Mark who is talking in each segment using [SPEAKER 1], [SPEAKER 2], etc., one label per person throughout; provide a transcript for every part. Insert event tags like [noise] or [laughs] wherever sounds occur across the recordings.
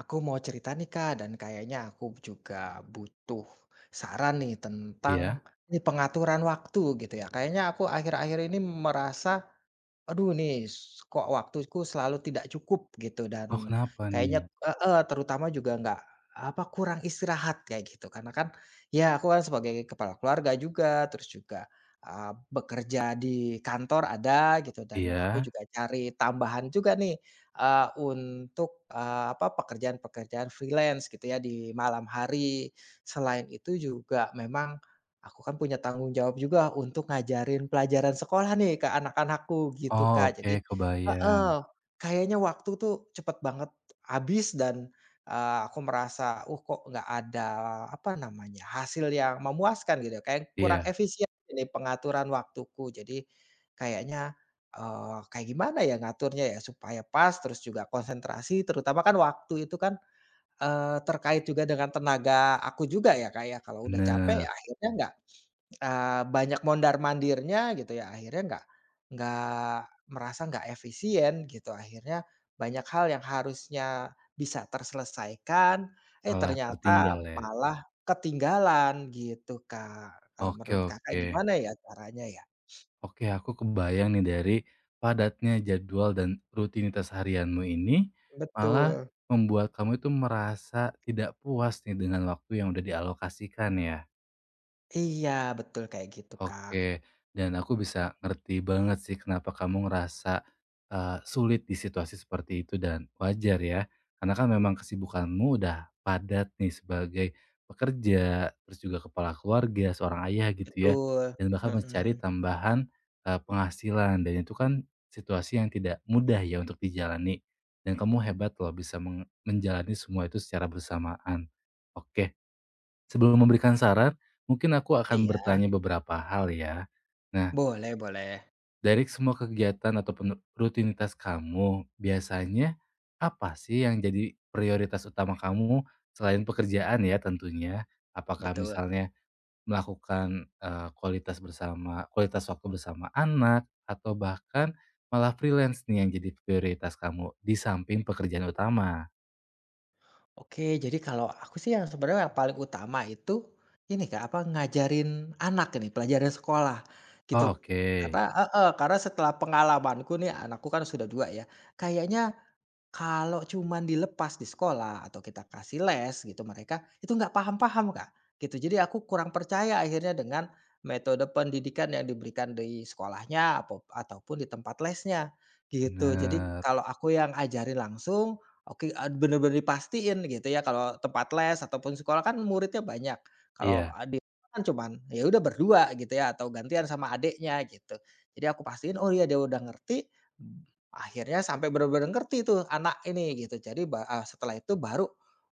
[SPEAKER 1] Aku mau cerita nih Kak, dan kayaknya aku juga butuh saran nih tentang
[SPEAKER 2] Iya?
[SPEAKER 1] ini pengaturan waktu gitu ya. Kayaknya aku akhir-akhir ini merasa, "Aduh nih s kok waktuku selalu tidak cukup," gitu.
[SPEAKER 2] Oh,
[SPEAKER 1] Dan
[SPEAKER 2] kenapa
[SPEAKER 1] kayaknya
[SPEAKER 2] nih?
[SPEAKER 1] heeh, terutama juga nggak, apa, kurang istirahat kayak gitu, karena kan ya aku kan sebagai kepala keluarga juga, terus juga, bekerja di kantor ada gitu, dan aku
[SPEAKER 2] Iya?
[SPEAKER 1] juga cari tambahan juga nih, untuk, apa, pekerjaan-pekerjaan freelance gitu ya di malam hari. Selain itu juga memang, aku kan punya tanggung jawab juga untuk ngajarin pelajaran sekolah nih ke anak-anakku gitu,
[SPEAKER 2] Oh,
[SPEAKER 1] Kak.
[SPEAKER 2] oke,
[SPEAKER 1] Jadi heeh,
[SPEAKER 2] kebayang.
[SPEAKER 1] kayaknya waktu tuh cepet banget habis dan, aku merasa, kok nggak ada apa namanya, hasil yang memuaskan," gitu ya. Kayak kurang
[SPEAKER 2] Iya,
[SPEAKER 1] efisien ini pengaturan waktuku. Jadi kayaknya, kayak gimana ya ngaturnya ya supaya pas, terus juga konsentrasi, terutama kan waktu itu kan, terkait juga dengan tenaga aku juga ya, Kak, ya. Kalau udah capek ya
[SPEAKER 2] bener,
[SPEAKER 1] akhirnya nggak. Eee, banyak mondar-mandirnya gitu ya, akhirnya nggak, nggak merasa nggak efisien gitu, akhirnya banyak hal yang harusnya bisa terselesaikan, eh
[SPEAKER 2] malah
[SPEAKER 1] ternyata
[SPEAKER 2] tertinggal ya?
[SPEAKER 1] malah ketinggalan gitu, Kak. Kalau
[SPEAKER 2] Oke
[SPEAKER 1] menurut Kakak
[SPEAKER 2] oke.
[SPEAKER 1] gimana ya caranya ya?
[SPEAKER 2] Oke, aku kebayang nih dari padatnya jadwal dan rutinitas harianmu ini, malah
[SPEAKER 1] Betul.
[SPEAKER 2] membuat kamu itu merasa tidak puas nih dengan waktu yang udah dialokasikan ya?
[SPEAKER 1] Iya, betul kayak gitu, Kak.
[SPEAKER 2] Oke, dan aku bisa ngerti banget sih kenapa kamu ngerasa, sulit di situasi seperti itu dan wajar ya. Karena kan memang kesibukanmu udah padat nih sebagai pekerja, terus juga kepala keluarga, seorang ayah gitu ya,
[SPEAKER 1] Betul,
[SPEAKER 2] dan bahkan mencari
[SPEAKER 1] mhm.
[SPEAKER 2] tambahan, penghasilan dan itu kan situasi yang tidak mudah ya untuk dijalani. Dan kamu hebat loh bisa menjalani semua itu secara bersamaan. Oke. Sebelum memberikan saran, mungkin aku akan
[SPEAKER 1] Iya,
[SPEAKER 2] bertanya beberapa hal ya. Nah,
[SPEAKER 1] boleh boleh,
[SPEAKER 2] dari semua kegiatan ataupun rutinitas kamu, biasanya apa sih yang jadi prioritas utama kamu selain pekerjaan ya tentunya? Apakah
[SPEAKER 1] betul.
[SPEAKER 2] misalnya melakukan eh, kualitas bersama, kualitas waktu bersama anak, atau bahkan malah freelance nih yang jadi prioritas kamu di samping pekerjaan utama?
[SPEAKER 1] Oke, jadi kalau aku sih yang sebenarnya yang paling utama itu, ini Kak, apa, ngajarin anak ini, pelajaran sekolah,
[SPEAKER 2] Oh,
[SPEAKER 1] gitu.
[SPEAKER 2] oke,
[SPEAKER 1] Karena heeh, karena setelah pengalamanku nih, anakku kan sudah 2 ya, kayaknya kalau cuman dilepas di sekolah atau kita kasih les gitu mereka, itu nggak paham-paham, Kak, gitu. Jadi aku kurang percaya akhirnya dengan metode pendidikan yang diberikan di sekolahnya apop ataupun di tempat lesnya, gitu. Jadi
[SPEAKER 2] bener.
[SPEAKER 1] kalau aku yang ajarin langsung, oke, bener-bener dipastiin gitu ya, kalau tempat les ataupun sekolah kan muridnya banyak. Kalau,
[SPEAKER 2] Iya,
[SPEAKER 1] di kan cuman ya udah berdua gitu ya atau gantian sama adiknya gitu. Jadi aku pastiin, oh iya dia udah ngerti. Akhirnya sampai bener-bener ngerti tuh anak ini gitu. Jadi ba setelah itu baru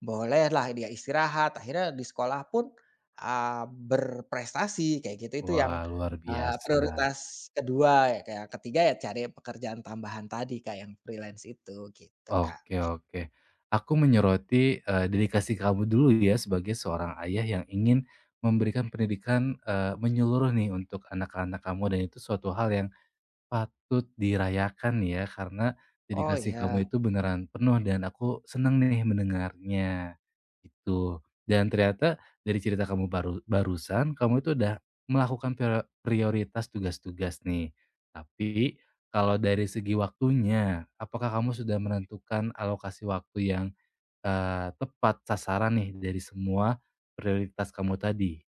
[SPEAKER 1] bolehlah dia istirahat. Akhirnya di sekolah pun, berprestasi kayak gitu. Itu yang,
[SPEAKER 2] wah luar biasa.
[SPEAKER 1] prioritas kedua 2 ya, Kak, ya. Ya cari pekerjaan tambahan tadi, kayak yang freelance itu gitu, Kak.
[SPEAKER 2] Oke oke. Aku menyoroti, dedikasi kamu dulu ya sebagai seorang ayah yang ingin memberikan pendidikan, menyeluruh nih untuk anak-anak kamu dan itu suatu hal yang patut dirayakan ya, karena
[SPEAKER 1] Oh,
[SPEAKER 2] dedikasi
[SPEAKER 1] ya.
[SPEAKER 2] kamu itu beneran penuh dan aku seneng nih mendengarnya, gitu. Dan ternyata dari cerita kamu baru barusan, kamu itu udah melakukan prioritas tugas-tugas nih. Tapi kalau dari segi waktunya, apakah kamu sudah menentukan alokasi waktu yang, tepat sasaran nih dari semua prioritas kamu tadi?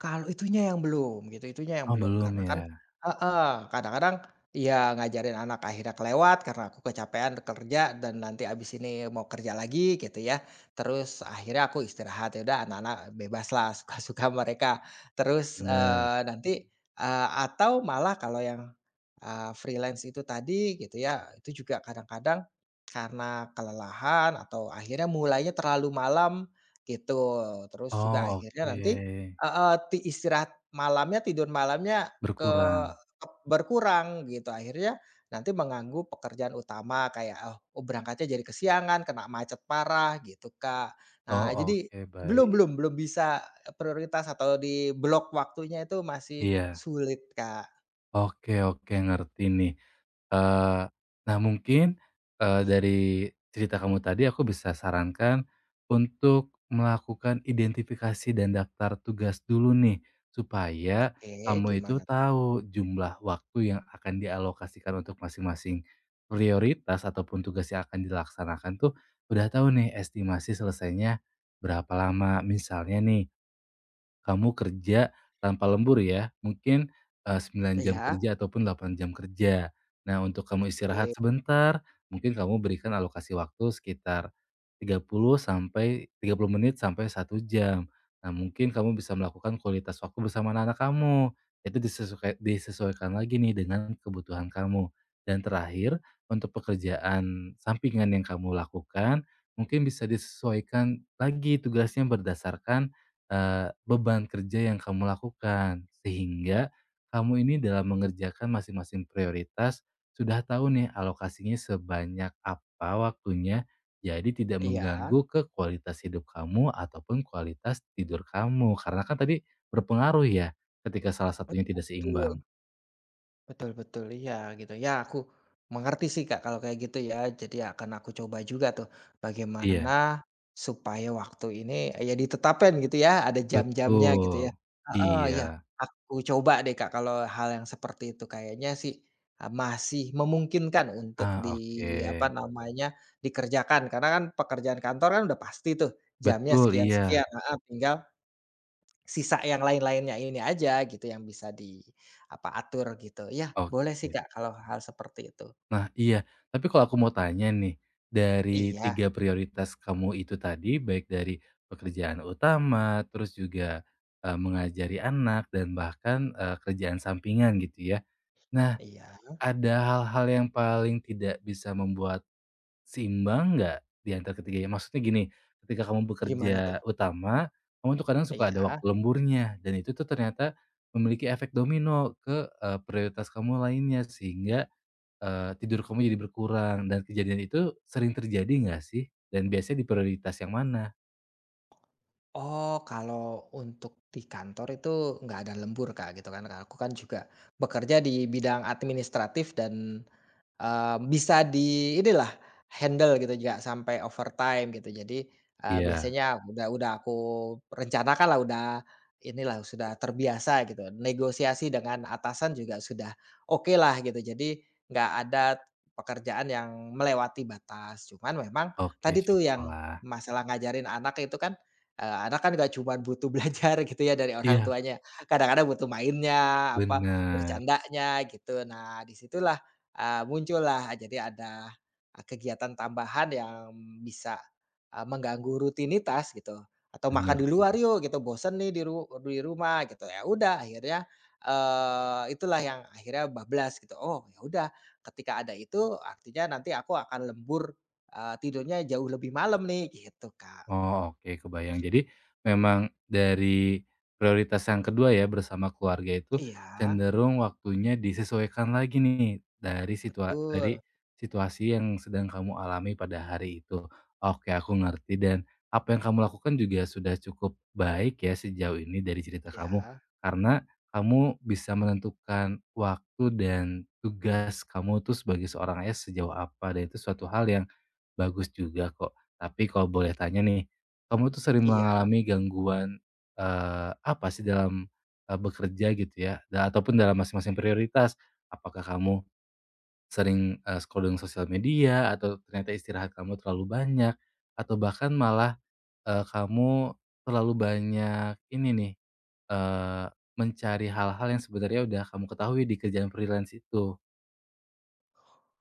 [SPEAKER 1] Kalau itunya yang belum gitu, itunya yang
[SPEAKER 2] Oh
[SPEAKER 1] belum,
[SPEAKER 2] belum
[SPEAKER 1] karena kan
[SPEAKER 2] ya?
[SPEAKER 1] heeh, kadang-kadang ya ngajarin anak akhirnya kelewat karena aku kecapean kerja dan nanti abis ini mau kerja lagi gitu ya. Terus akhirnya aku istirahat, ya udah anak-anak bebaslah [laughs] suka-suka mereka. Terus,
[SPEAKER 2] Bener.
[SPEAKER 1] nanti, atau malah kalau yang, freelance itu tadi gitu ya, itu juga kadang-kadang karena kelelahan atau akhirnya mulainya terlalu malam gitu. Terus juga
[SPEAKER 2] Oh
[SPEAKER 1] akhirnya nanti
[SPEAKER 2] oke,
[SPEAKER 1] heeh, ti istirahat malamnya, tidur malamnya ke
[SPEAKER 2] berkurang.
[SPEAKER 1] ep berkurang gitu, akhirnya nanti mengganggu pekerjaan utama kayak, oh oh berangkatnya jadi kesiangan, kena macet parah gitu, Kak.
[SPEAKER 2] Oh,
[SPEAKER 1] Nah, jadi
[SPEAKER 2] oke
[SPEAKER 1] belum
[SPEAKER 2] baik.
[SPEAKER 1] belum belum bisa prioritas atau di-block waktunya itu masih
[SPEAKER 2] Iya.
[SPEAKER 1] sulit, Kak.
[SPEAKER 2] Oke oke ngerti nih. Eee, nah mungkin, dari cerita kamu tadi aku bisa sarankan untuk melakukan identifikasi dan daftar tugas dulu nih, supaya
[SPEAKER 1] Oke,
[SPEAKER 2] kamu
[SPEAKER 1] gimana
[SPEAKER 2] itu
[SPEAKER 1] tuh?
[SPEAKER 2] tahu jumlah waktu yang akan dialokasikan untuk masing-masing prioritas ataupun tugas yang akan dilaksanakan tuh udah tahu nih estimasi selesainya berapa lama. Misalnya nih kamu kerja tanpa lembur ya, mungkin, 9 jam
[SPEAKER 1] Iya,
[SPEAKER 2] kerja ataupun 8 jam kerja. Nah, untuk kamu istirahat
[SPEAKER 1] oke.
[SPEAKER 2] sebentar, mungkin kamu berikan alokasi waktu sekitar 30 sampai 30 menit sampai 1 jam. Nah, mungkin kamu bisa melakukan kualitas waktu bersama anak kamu, itu disesuaikan lagi nih dengan kebutuhan kamu. Dan terakhir, untuk pekerjaan sampingan yang kamu lakukan, mungkin bisa disesuaikan lagi tugasnya berdasarkan beban kerja yang kamu lakukan. Sehingga kamu ini dalam mengerjakan masing-masing prioritas sudah tahu nih alokasinya sebanyak apa waktunya, jadi tidak
[SPEAKER 1] Iya,
[SPEAKER 2] mengganggu ke kualitas hidup kamu ataupun kualitas tidur kamu. Karena kan tadi berpengaruh ya ketika salah satunya tidak seimbang.
[SPEAKER 1] betul. Betul, betul, iya gitu. Ya aku mengerti sih Kak kalau kayak gitu ya. Jadi akan aku coba juga tuh
[SPEAKER 2] Iya,
[SPEAKER 1] bagaimana supaya waktu ini ya ditetapkan gitu ya, ada jam-jamnya gitu ya.
[SPEAKER 2] betul.
[SPEAKER 1] Betul. Heeh, iya.
[SPEAKER 2] Iya.
[SPEAKER 1] Aku coba deh Kak kalau hal yang seperti itu kayaknya sih, masih memungkinkan untuk di
[SPEAKER 2] Ah,
[SPEAKER 1] apa
[SPEAKER 2] oke.
[SPEAKER 1] namanya, dikerjakan. Karena kan pekerjaan kantor kan udah pasti tuh jamnya
[SPEAKER 2] Betul, iya.
[SPEAKER 1] sekian-sekian, heeh, tinggal sisa yang lain-lainnya ini aja gitu yang bisa di apa, atur gitu. Ya boleh sih
[SPEAKER 2] Oke.
[SPEAKER 1] Kak kalau hal seperti itu.
[SPEAKER 2] Nah iya, tapi kalau aku mau tanya nih, dari
[SPEAKER 1] Iya,
[SPEAKER 2] 3 prioritas kamu itu tadi, baik dari pekerjaan utama, terus juga, mengajari anak dan bahkan, kerjaan sampingan gitu ya. Nah,
[SPEAKER 1] iya.
[SPEAKER 2] ada hal-hal yang paling tidak bisa membuat seimbang nggak di antara ketiganya? Maksudnya gini, ketika kamu
[SPEAKER 1] Gimana tuh?
[SPEAKER 2] bekerja utama, kamu tuh kadang suka ada
[SPEAKER 1] Iya.
[SPEAKER 2] waktu lemburnya dan itu tuh ternyata memiliki efek domino ke, prioritas kamu lainnya sehingga tidur kamu jadi berkurang dan kejadian itu sering terjadi nggak sih? Dan biasanya di prioritas yang mana?
[SPEAKER 1] Oh, kalau untuk di kantor itu nggak ada lembur Kak gitu kan, aku kan juga bekerja di bidang administratif dan eee, bisa di inilah handle gitu, nggak sampai overtime gitu. Jadi,
[SPEAKER 2] Iya,
[SPEAKER 1] biasanya udah aku rencanakan lah, udah inilah, sudah terbiasa gitu. Negosiasi dengan atasan juga sudah oke lah gitu. Jadi nggak ada pekerjaan yang melewati batas. Cuman memang
[SPEAKER 2] oke
[SPEAKER 1] tadi tuh yang
[SPEAKER 2] syukurlah.
[SPEAKER 1] masalah ngajarin anak itu kan, anak kan nggak cuma butuh belajar [laughs] gitu ya dari orang
[SPEAKER 2] Iya,
[SPEAKER 1] tuanya, kadang-kadang butuh mainnya, apa,
[SPEAKER 2] bener,
[SPEAKER 1] bercandanya gitu. Nah, disitulah eee, muncullah, jadi ada, kegiatan tambahan yang bisa, mengganggu rutinitas gitu, atau makan
[SPEAKER 2] bener.
[SPEAKER 1] di luar yuk gitu, bosen nih di ru di rumah gitu. Ya udah akhirnya, itulah yang akhirnya bablas gitu. Oh ya udah, ketika ada itu artinya nanti aku akan lembur, tidurnya jauh lebih malam nih gitu, Kak.
[SPEAKER 2] Oh, oke kebayang. Jadi memang dari prioritas yang kedua ya, bersama keluarga itu
[SPEAKER 1] Iya,
[SPEAKER 2] cenderung waktunya disesuaikan lagi nih dari situa
[SPEAKER 1] betul.
[SPEAKER 2] dari situasi yang sedang kamu alami pada hari itu. Oke, aku ngerti dan apa yang kamu lakukan juga sudah cukup baik ya sejauh ini dari cerita kamu,
[SPEAKER 1] Ya
[SPEAKER 2] karena kamu bisa menentukan waktu dan tugas kamu tuh sebagai seorang ayah sejauh apa dan itu suatu hal yang bagus juga kok. Tapi kalau boleh tanya nih, kamu tuh sering
[SPEAKER 1] iya.
[SPEAKER 2] mengalami gangguan, apa sih dalam, bekerja gitu ya, ataupun dalam masing-masing prioritas? Apakah kamu sering, scrolling sosial media atau ternyata istirahat kamu terlalu banyak, atau bahkan malah, kamu terlalu banyak ini nih, eee, mencari hal-hal yang sebenarnya udah kamu ketahui di kerjaan freelance itu?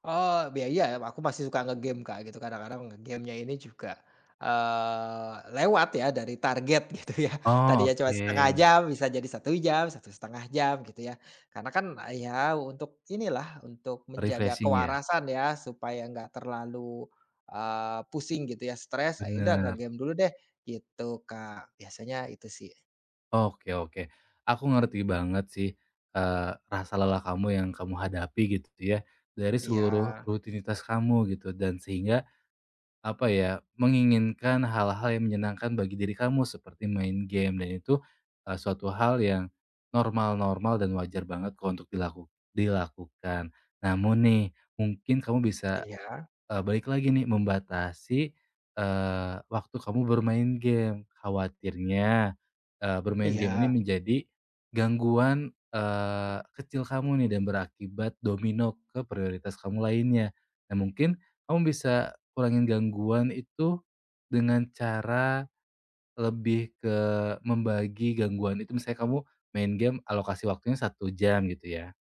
[SPEAKER 1] Oh, ya iya, aku masih suka nge-game, Kak, gitu. Kadang-kadang nge-game-nya ini juga, lewat ya dari target [laughs] gitu ya.
[SPEAKER 2] Oh,
[SPEAKER 1] Tadinya cuma setengah
[SPEAKER 2] oke.
[SPEAKER 1] jam bisa jadi satu jam, satu setengah jam gitu ya. Karena kan eh, ya untuk inilah, untuk menjaga
[SPEAKER 2] Refreshing ya?
[SPEAKER 1] kewarasan ya supaya nggak terlalu, pusing gitu ya, stres, ayo udah
[SPEAKER 2] Bener.
[SPEAKER 1] nge-game dulu deh gitu, Kak. Biasanya itu sih.
[SPEAKER 2] Oke oke. Aku ngerti banget sih, rasa lelah kamu yang kamu hadapi gitu ya, dari
[SPEAKER 1] Iya,
[SPEAKER 2] seluruh rutinitas kamu gitu dan sehingga, apa ya, menginginkan hal-hal yang menyenangkan bagi diri kamu seperti main game dan itu, suatu hal yang normal-normal dan wajar banget kok untuk dilakukan. Namun nih, mungkin kamu bisa
[SPEAKER 1] iya,
[SPEAKER 2] Balik lagi nih membatasi, waktu kamu bermain game. Khawatirnya, bermain game ini
[SPEAKER 1] iya,
[SPEAKER 2] menjadi gangguan, kecil kamu nih dan berakibat domino ke prioritas kamu lainnya. Nah mungkin kamu bisa kurangin gangguan itu dengan cara lebih ke membagi gangguan itu misalnya kamu main game alokasi waktunya 1 jam gitu ya.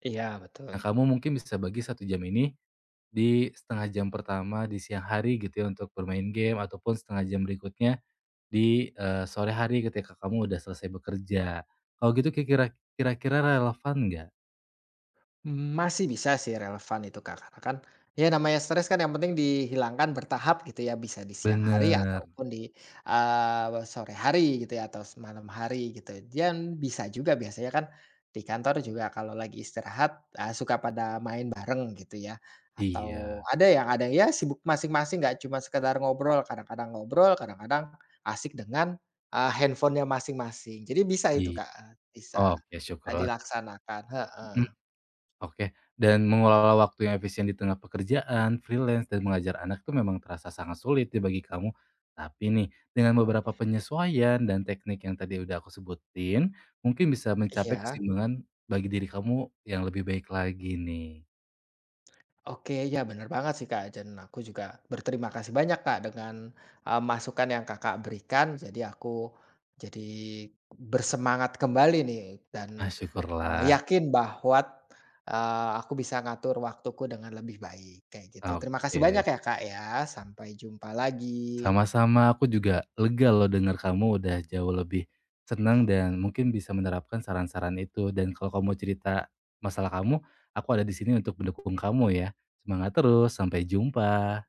[SPEAKER 1] iya, betul.
[SPEAKER 2] Nah, kamu mungkin bisa bagi 1 jam ini di 1/2 jam pertama di siang hari gitu ya untuk bermain game ataupun 1/2 jam berikutnya di, sore hari ketika kamu udah selesai bekerja. Kalau gitu kira-kira relevan nggak?
[SPEAKER 1] Mmm, masih bisa sih relevan itu, Kak, karena kan, ya namanya stres kan yang penting dihilangkan bertahap gitu ya, bisa di siang hari
[SPEAKER 2] Bener.
[SPEAKER 1] ataupun di, sore hari gitu ya atau malam hari gitu. Dan bisa juga biasanya kan di kantor juga kalau lagi istirahat, suka pada main bareng gitu ya, atau
[SPEAKER 2] Iya,
[SPEAKER 1] ada yang ya sibuk masing-masing nggak cuma sekedar ngobrol, kadang-kadang asik dengan, handphone-nya masing-masing. Jadi bisa itu,
[SPEAKER 2] iya
[SPEAKER 1] Kak, bisa,
[SPEAKER 2] oke syukurlah,
[SPEAKER 1] dilaksanakan heeh,
[SPEAKER 2] mhm. Oke, dan mengelola waktu yang efisien di tengah pekerjaan, freelance, dan mengajar anak itu memang terasa sangat sulit ya bagi kamu. Tapi nih, dengan beberapa penyesuaian dan teknik yang tadi udah aku sebutin, mungkin bisa mencapai
[SPEAKER 1] iya.
[SPEAKER 2] keseimbangan bagi diri kamu yang lebih baik lagi nih.
[SPEAKER 1] Oke, ya benar banget sih Kak, dan aku juga berterima kasih banyak Kak dengan masukan yang Kakak berikan. Jadi aku jadi bersemangat kembali nih
[SPEAKER 2] Ah,
[SPEAKER 1] dan
[SPEAKER 2] syukurlah.
[SPEAKER 1] yakin bahwa aku bisa ngatur waktuku dengan lebih baik kayak gitu. Terima kasih
[SPEAKER 2] Oke.
[SPEAKER 1] banyak ya Kak ya. Sampai jumpa lagi.
[SPEAKER 2] Sama-sama, aku juga lega loh dengar kamu udah jauh lebih senang dan mungkin bisa menerapkan saran-saran itu. Dan kalau kamu cerita masalah kamu, aku ada di sini untuk mendukung kamu ya. Semangat terus, sampai jumpa.